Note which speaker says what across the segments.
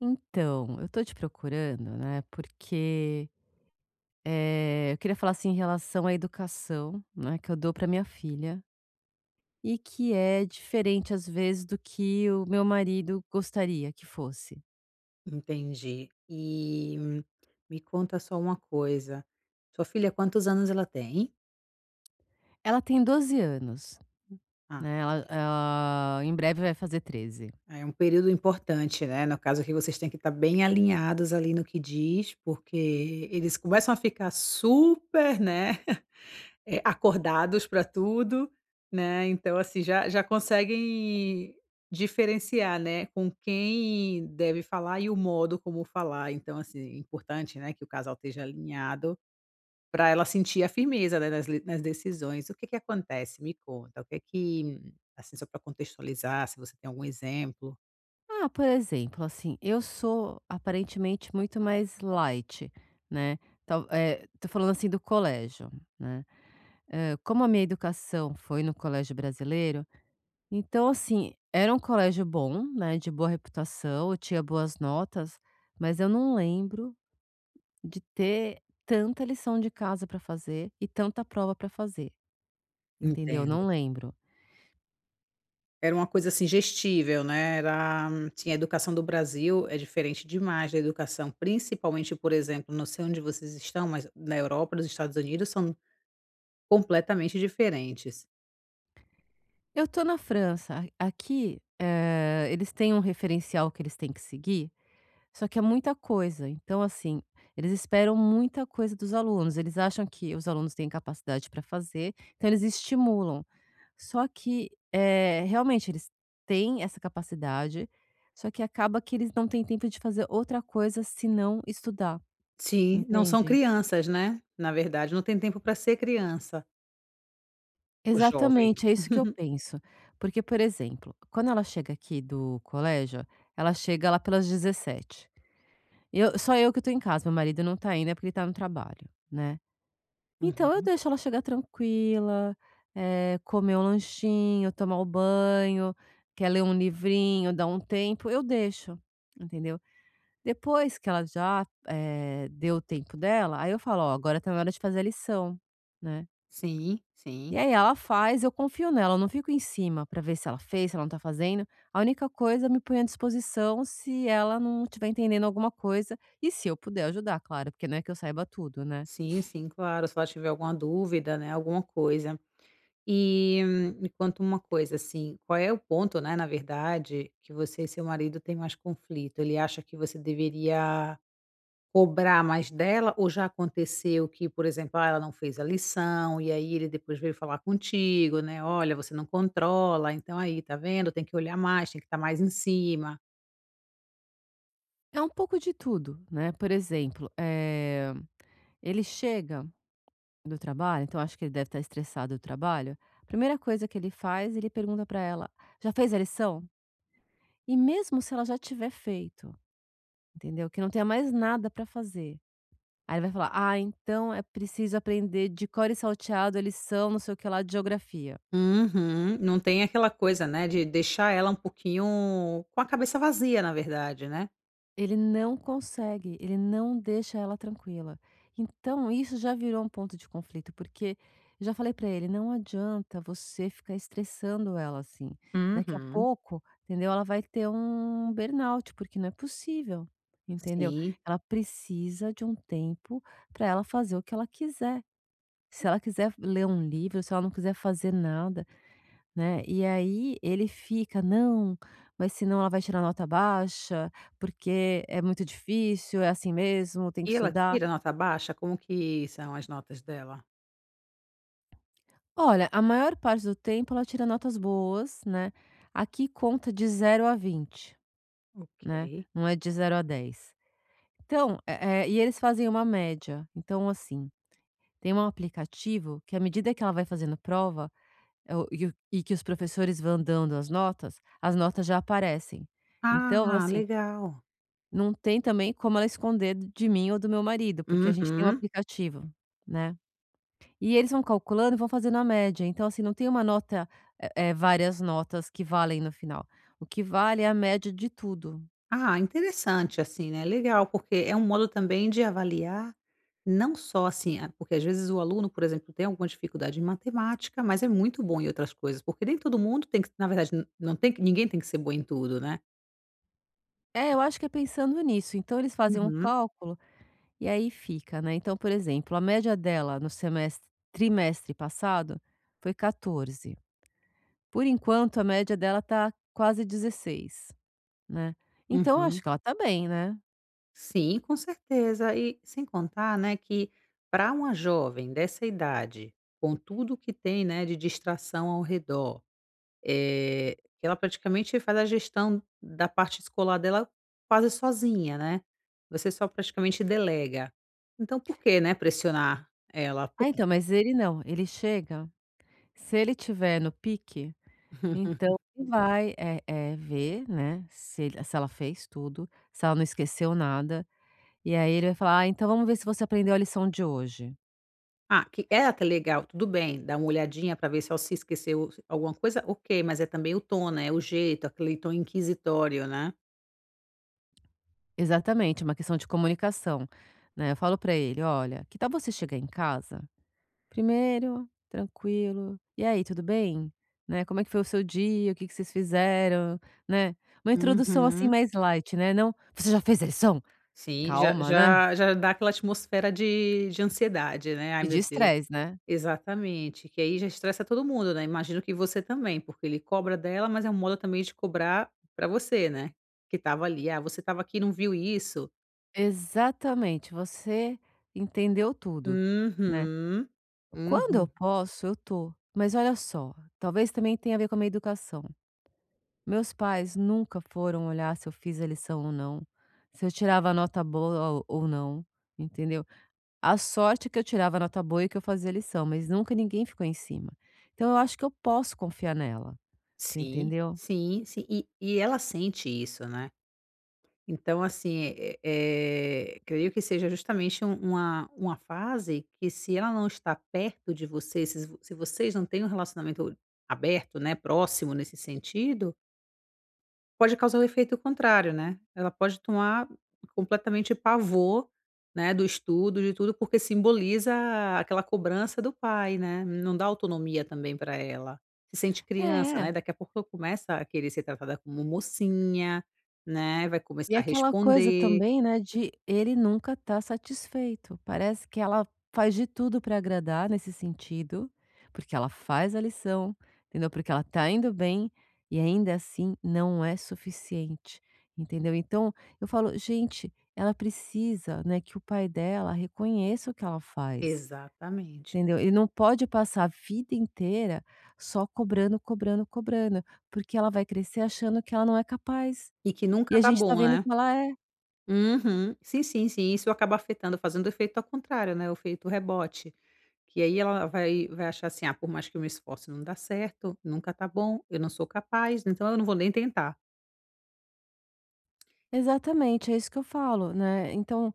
Speaker 1: Então, eu tô te procurando, né, porque, eu queria falar, assim, em relação à educação, né, que eu dou para minha filha e que é diferente, às vezes, do que o meu marido gostaria que fosse.
Speaker 2: Entendi. Me conta só uma coisa, sua filha quantos anos ela tem?
Speaker 1: Ela tem 12 anos,
Speaker 2: Ah,
Speaker 1: né,
Speaker 2: ok.
Speaker 1: ela em breve vai fazer 13.
Speaker 2: É um período importante, né, no caso que vocês têm que estar bem alinhados ali no que diz, porque eles começam a ficar super, né, acordados para tudo, né, então assim, já já conseguem diferenciar, né, com quem deve falar e o modo como falar, então assim, é importante, né, que o casal esteja alinhado para ela sentir a firmeza, né, nas decisões. O que que acontece? Me conta, o que que assim, só para contextualizar, se você tem algum exemplo.
Speaker 1: Ah, por exemplo, assim, eu sou aparentemente muito mais light, né. Tal tô falando, assim, do colégio, né. Como a minha educação foi no colégio brasileiro, então, assim, era um colégio bom, né, de boa reputação, eu tinha boas notas, mas eu não lembro de ter tanta lição de casa para fazer e tanta prova para fazer, entendeu?
Speaker 2: Entendo.
Speaker 1: Não lembro.
Speaker 2: Era uma coisa, assim, gestível, né, era sim, a educação do Brasil é diferente demais da educação, principalmente, por exemplo, não sei onde vocês estão, mas na Europa, nos Estados Unidos são completamente diferentes.
Speaker 1: Eu tô na França, a aqui, eles têm um referencial que eles têm que seguir. Só que é muita coisa. Então, assim, eles esperam muita coisa dos alunos. Eles acham que os alunos têm capacidade para fazer, então eles estimulam. Só que, realmente, eles têm essa capacidade, só que acaba que eles não têm tempo de fazer outra coisa senão estudar,
Speaker 2: Sim, não são
Speaker 1: entende?
Speaker 2: crianças, né, na verdade, não tem tempo para ser criança, o jovem.
Speaker 1: Exatamente, é isso que eu penso. Porque, por exemplo, quando ela chega aqui do colégio, ela chega lá pelas 17h. Eu, só eu que estou em casa, meu marido não está ainda porque ele está no trabalho, né? Então eu
Speaker 2: Uhum.
Speaker 1: deixo ela chegar tranquila, comer um lanchinho, tomar o banho, quer ler um livrinho, dar um tempo, eu deixo, entendeu. Depois que ela já, deu o tempo dela, aí eu falo: "Ó, agora tá na hora de fazer a lição", né.
Speaker 2: Sim,
Speaker 1: E
Speaker 2: sim.
Speaker 1: aí ela faz, eu confio nela, eu não fico em cima pra ver se ela fez, se ela não tá fazendo. A única coisa eu me põe à disposição se ela não tiver entendendo alguma coisa e se eu puder ajudar, claro, porque não é que eu saiba tudo, né.
Speaker 2: Sim, sim, claro. Se ela tiver alguma dúvida, né, alguma coisa. Me conta uma coisa, assim, qual é o ponto, né, na verdade, que você e seu marido têm mais conflito? Ele acha que você deveria cobrar mais dela ou já aconteceu que, por exemplo, ah, ela não fez a lição e aí ele depois veio falar contigo, né? Olha, você não controla, então aí, tá vendo? Tem que olhar mais, tem que estar mais em cima.
Speaker 1: É um pouco de tudo, né. Por exemplo, ele chega do trabalho, então acho que ele deve estar estressado do trabalho. A primeira coisa que ele faz, ele pergunta para ela: "Já fez a lição?" E mesmo se ela já tiver feito, entendeu, que não tenha mais nada para fazer, aí ele vai falar: "Ah, então é preciso aprender de cor e salteado a lição não sei o que lá de geografia".
Speaker 2: Uhum, não tem aquela coisa, né, de deixar ela um pouquinho com a cabeça vazia, na verdade, né?
Speaker 1: Ele não consegue, ele não deixa ela tranquila. Então isso já virou um ponto de conflito, porque eu já falei pra ele: "Não adianta você ficar estressando ela assim. Daqui a
Speaker 2: Uhum,
Speaker 1: pouco, entendeu, ela vai ter um burnout, porque não é possível", entendeu.
Speaker 2: sim.
Speaker 1: Ela precisa de um tempo para ela fazer o que ela quiser. Se ela quiser ler um livro, se ela não quiser fazer nada, né, e aí ele fica: "Não, mas senão ela vai tirar nota baixa, porque é muito difícil, é assim mesmo, tem que
Speaker 2: E ela
Speaker 1: estudar".
Speaker 2: tira nota baixa? Como que são as notas dela?
Speaker 1: Olha, a maior parte do tempo ela tira notas boas, né, aqui conta de 0 a 20,
Speaker 2: Ok.
Speaker 1: né, não é de 0 a 10. Então, e eles fazem uma média, então assim, tem um aplicativo que à medida que ela vai fazendo prova, o e que os professores vão dando as notas já aparecem. Então,
Speaker 2: Ah,
Speaker 1: assim,
Speaker 2: legal.
Speaker 1: não tem também como ela esconder de mim ou do meu marido, porque a gente tem um
Speaker 2: Uhum.
Speaker 1: aplicativo, né. E eles vão calculando e vão fazendo a média, então, assim, não tem uma nota, várias notas que valem no final, o que vale é a média de tudo.
Speaker 2: Ah, interessante, assim, né, legal, porque é um modo também de avaliar não só, assim, a porque às vezes o aluno, por exemplo, tem alguma dificuldade em matemática, mas é muito bom em outras coisas, porque nem todo mundo tem que na verdade, não tem que ninguém tem que ser bom em tudo, né.
Speaker 1: É, eu acho que é pensando nisso, então eles fazem um
Speaker 2: Uhum,
Speaker 1: cálculo e aí fica, né. Então, por exemplo, a média dela no semestre trimestre passado foi 14, por enquanto a média dela tá quase 16, né. Então, acho
Speaker 2: uhum.
Speaker 1: que ela tá bem, né.
Speaker 2: Sim, com certeza. E sem contar, né, que para uma jovem dessa idade, com tudo que tem, né, de distração ao redor, que ela praticamente faz a gestão da parte escolar dela quase sozinha, né? Você só praticamente delega. Então, por que, né, pressionar ela? Por-
Speaker 1: Ah, então, mas ele não, ele chega se ele tiver no pique, então ele vai, ver, né, se ela fez tudo, se ela não esqueceu nada, e aí ele vai falar: "Ah, então vamos ver se você aprendeu a lição de hoje".
Speaker 2: Ah, que é até legal, tudo bem, dá uma olhadinha para ver se ela se esqueceu alguma coisa, ok, mas é também o tom, né? O jeito, aquele tom inquisitório, né?
Speaker 1: Exatamente, uma questão de comunicação, né, eu falo pra ele: "Olha, que tal você chegar em casa, primeiro, tranquilo, e aí, tudo bem? Né, como é que foi o seu dia, o que que vocês fizeram?", né, uma introdução, assim,
Speaker 2: Uhum.
Speaker 1: mais light, né, não: "Você já fez a lição?".
Speaker 2: Sim, já
Speaker 1: Calma, né.
Speaker 2: já já dá aquela atmosfera de ansiedade, né, "Ai,
Speaker 1: E de
Speaker 2: meu Deus".
Speaker 1: estresse, né?
Speaker 2: Exatamente, que aí já estressa todo mundo, né, imagino que você também, porque ele cobra dela, mas é um modo também de cobrar pra você, né, que tava ali, "Ah, você tava aqui e não viu isso".
Speaker 1: Exatamente, você entendeu tudo, né.
Speaker 2: Uhum.
Speaker 1: Quando eu
Speaker 2: Uhum.
Speaker 1: posso, eu tô, mas olha só, talvez também tenha a ver com a minha educação. Meus pais nunca foram olhar se eu fiz a lição ou não, se eu tirava nota boa ou não, entendeu. A sorte é que eu tirava nota boa e que eu fazia lição, mas nunca ninguém ficou em cima. Então eu acho que eu posso confiar nela, você
Speaker 2: Sim,
Speaker 1: entendeu?
Speaker 2: sim, sim. E ela sente isso, né. Então, assim, creio que seja justamente uma fase que se ela não está perto de vocês, se vocês não têm um relacionamento aberto, né, próximo nesse sentido. Pode causar o efeito contrário, né. Ela pode tomar completamente pavor, né, do estudo, de tudo, porque simboliza aquela cobrança do pai, né, não dá autonomia também para ela. Se sente criança,
Speaker 1: É.
Speaker 2: né, daqui a pouco começa a querer ser tratada como mocinha, né, vai começar
Speaker 1: E
Speaker 2: a
Speaker 1: aquela coisa
Speaker 2: responder.
Speaker 1: também, né, de ele nunca tá satisfeito. Parece que ela faz de tudo para agradar nesse sentido, porque ela faz a lição, entendeu? Porque ela tá indo bem e ainda assim não é suficiente, entendeu? Então eu falo, gente, ela precisa, né, que o pai dela reconheça o que ela faz.
Speaker 2: Exatamente.
Speaker 1: Entendeu? Ele não pode passar a vida inteira só cobrando, cobrando, cobrando, porque ela vai crescer achando que ela não é capaz.
Speaker 2: E que
Speaker 1: E
Speaker 2: nunca
Speaker 1: a
Speaker 2: tá
Speaker 1: gente tá
Speaker 2: bom,
Speaker 1: vendo
Speaker 2: né.
Speaker 1: que ela é.
Speaker 2: Uhum. Sim, sim, sim, isso acaba afetando, fazendo o efeito ao contrário, né, o efeito rebote. Que aí ela vai achar assim: "Ah, por mais que eu me esforce não dá certo, nunca tá bom, eu não sou capaz, então eu não vou nem tentar".
Speaker 1: Exatamente, é isso que eu falo, né. Então,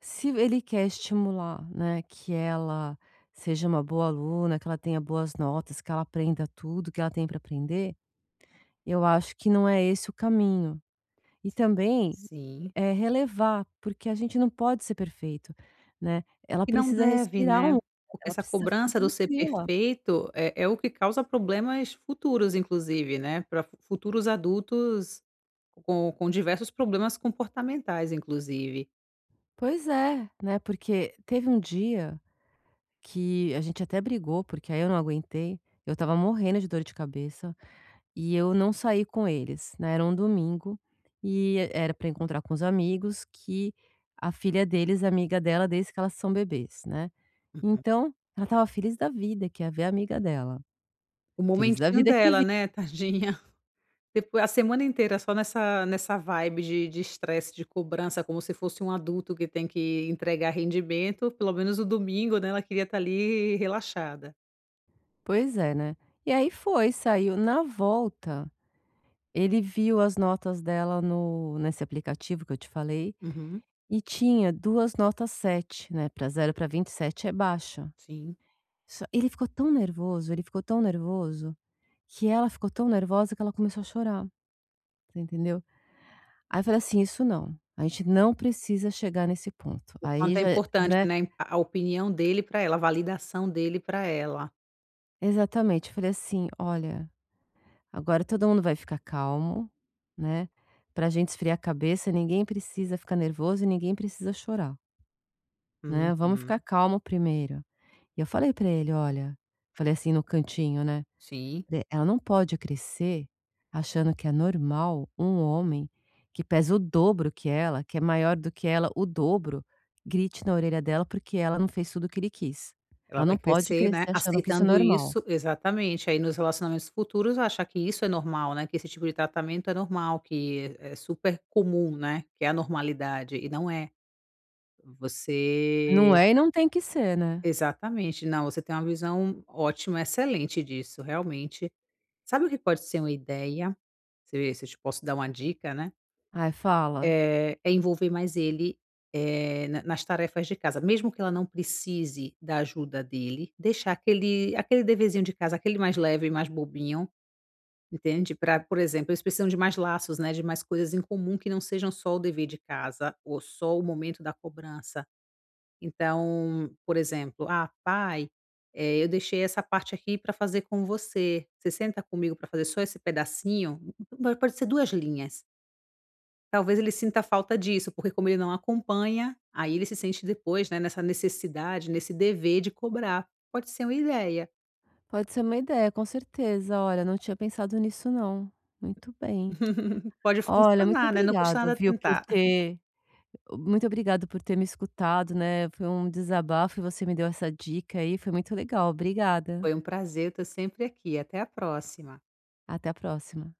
Speaker 1: se ele quer estimular, né, que ela seja uma boa aluna, que ela tenha boas notas, que ela aprenda tudo que ela tem para aprender, eu acho que não é esse o caminho. E também,
Speaker 2: Sim.
Speaker 1: é relevar, porque a gente não pode ser perfeito, né. Ela
Speaker 2: E não
Speaker 1: precisa
Speaker 2: deve,
Speaker 1: respirar um,
Speaker 2: né, porque
Speaker 1: ela
Speaker 2: essa
Speaker 1: precisa ficar
Speaker 2: cobrança do ser
Speaker 1: tranquila.
Speaker 2: perfeito é o que causa problemas futuros inclusive, né, para futuros adultos com diversos problemas comportamentais inclusive.
Speaker 1: Pois é, né, porque teve um dia que a gente até brigou, porque aí eu não aguentei, eu estava morrendo de dor de cabeça. E eu não saí com eles, né, era um domingo e era para encontrar com os amigos que a filha deles é amiga dela desde que elas são bebês, né.
Speaker 2: Uhum.
Speaker 1: Então, ela estava feliz da vida que ia ver a amiga dela.
Speaker 2: O
Speaker 1: Feliz da
Speaker 2: momentinho
Speaker 1: vida que vi,
Speaker 2: dela, né, tadinha. Depois a semana inteira só nessa vibe de estresse, de cobrança, como se fosse um adulto que tem que entregar rendimento, pelo menos o domingo, né, ela queria estar ali relaxada.
Speaker 1: pois é, né. E aí foi, saiu. Na volta, ele viu as notas dela no nesse aplicativo que eu te falei,
Speaker 2: Uhum,
Speaker 1: e tinha 2 notas 7, né. Para 0 a 20 e sete é baixa.
Speaker 2: sim.
Speaker 1: Só ele ficou tão nervoso, ele ficou tão nervoso, que ela ficou tão nervosa que ela começou a chorar, você entendeu? Aí eu falei assim: "Isso não, a gente não precisa chegar nesse ponto".
Speaker 2: O
Speaker 1: Aí
Speaker 2: quanto é
Speaker 1: já,
Speaker 2: importante,
Speaker 1: né,
Speaker 2: né, a opinião dele para ela, a validação dele para ela.
Speaker 1: exatamente, eu falei assim: "Olha, agora todo mundo vai ficar calmo, né, pra gente esfriar a cabeça, ninguém precisa ficar nervoso e ninguém precisa chorar, né, vamos
Speaker 2: Uhum,
Speaker 1: ficar calmo primeiro". E eu falei pra ele: "Olha", falei assim no cantinho, né,
Speaker 2: sim.
Speaker 1: de ela não pode crescer achando que é normal um homem que pesa o dobro que ela, que é maior do que ela, o dobro, grite na orelha dela porque ela não fez tudo o que ele quis.
Speaker 2: Ela
Speaker 1: Ela
Speaker 2: vai
Speaker 1: não pode
Speaker 2: crescer, né,
Speaker 1: crescer achando que isso é
Speaker 2: aceitando
Speaker 1: normal.
Speaker 2: isso exatamente, aí nos relacionamentos futuros achar que isso é normal, né, que esse tipo de tratamento é normal, que é super comum, né, que é a normalidade e não é.
Speaker 1: Não
Speaker 2: Você
Speaker 1: é e não tem que ser, né.
Speaker 2: exatamente, não, você tem uma visão ótima, excelente disso, realmente. Sabe o que pode ser uma ideia? Se eu te posso dar uma dica, né?
Speaker 1: Ai, fala.
Speaker 2: É envolver mais ele, na nas tarefas de casa, mesmo que ela não precise da ajuda dele, deixar aquele deverzinho de casa, aquele mais leve, mais bobinho, entende? Para, por exemplo, eles precisam de mais laços, né, de mais coisas em comum que não sejam só o dever de casa ou só o momento da cobrança. Então, por exemplo: "Ah, pai, eu deixei essa parte aqui para fazer com você. Você senta comigo para fazer só esse pedacinho?" Pode ser 2 linhas. Talvez ele sinta falta disso, porque como ele não acompanha, aí ele se sente depois, né, nessa necessidade, nesse dever de cobrar. Pode ser uma ideia.
Speaker 1: Pode ser uma ideia, com certeza. Olha, não tinha pensado nisso não. Muito bem.
Speaker 2: Pode
Speaker 1: Olha, muito
Speaker 2: funcionar, né, não custa
Speaker 1: obrigado,
Speaker 2: nada
Speaker 1: viu, por
Speaker 2: tentar.
Speaker 1: ter, muito obrigado por ter me escutado, né, foi um desabafo e você me deu essa dica aí, foi muito legal. Obrigada.
Speaker 2: Foi um prazer, eu estou sempre aqui, até a próxima.
Speaker 1: Até a próxima.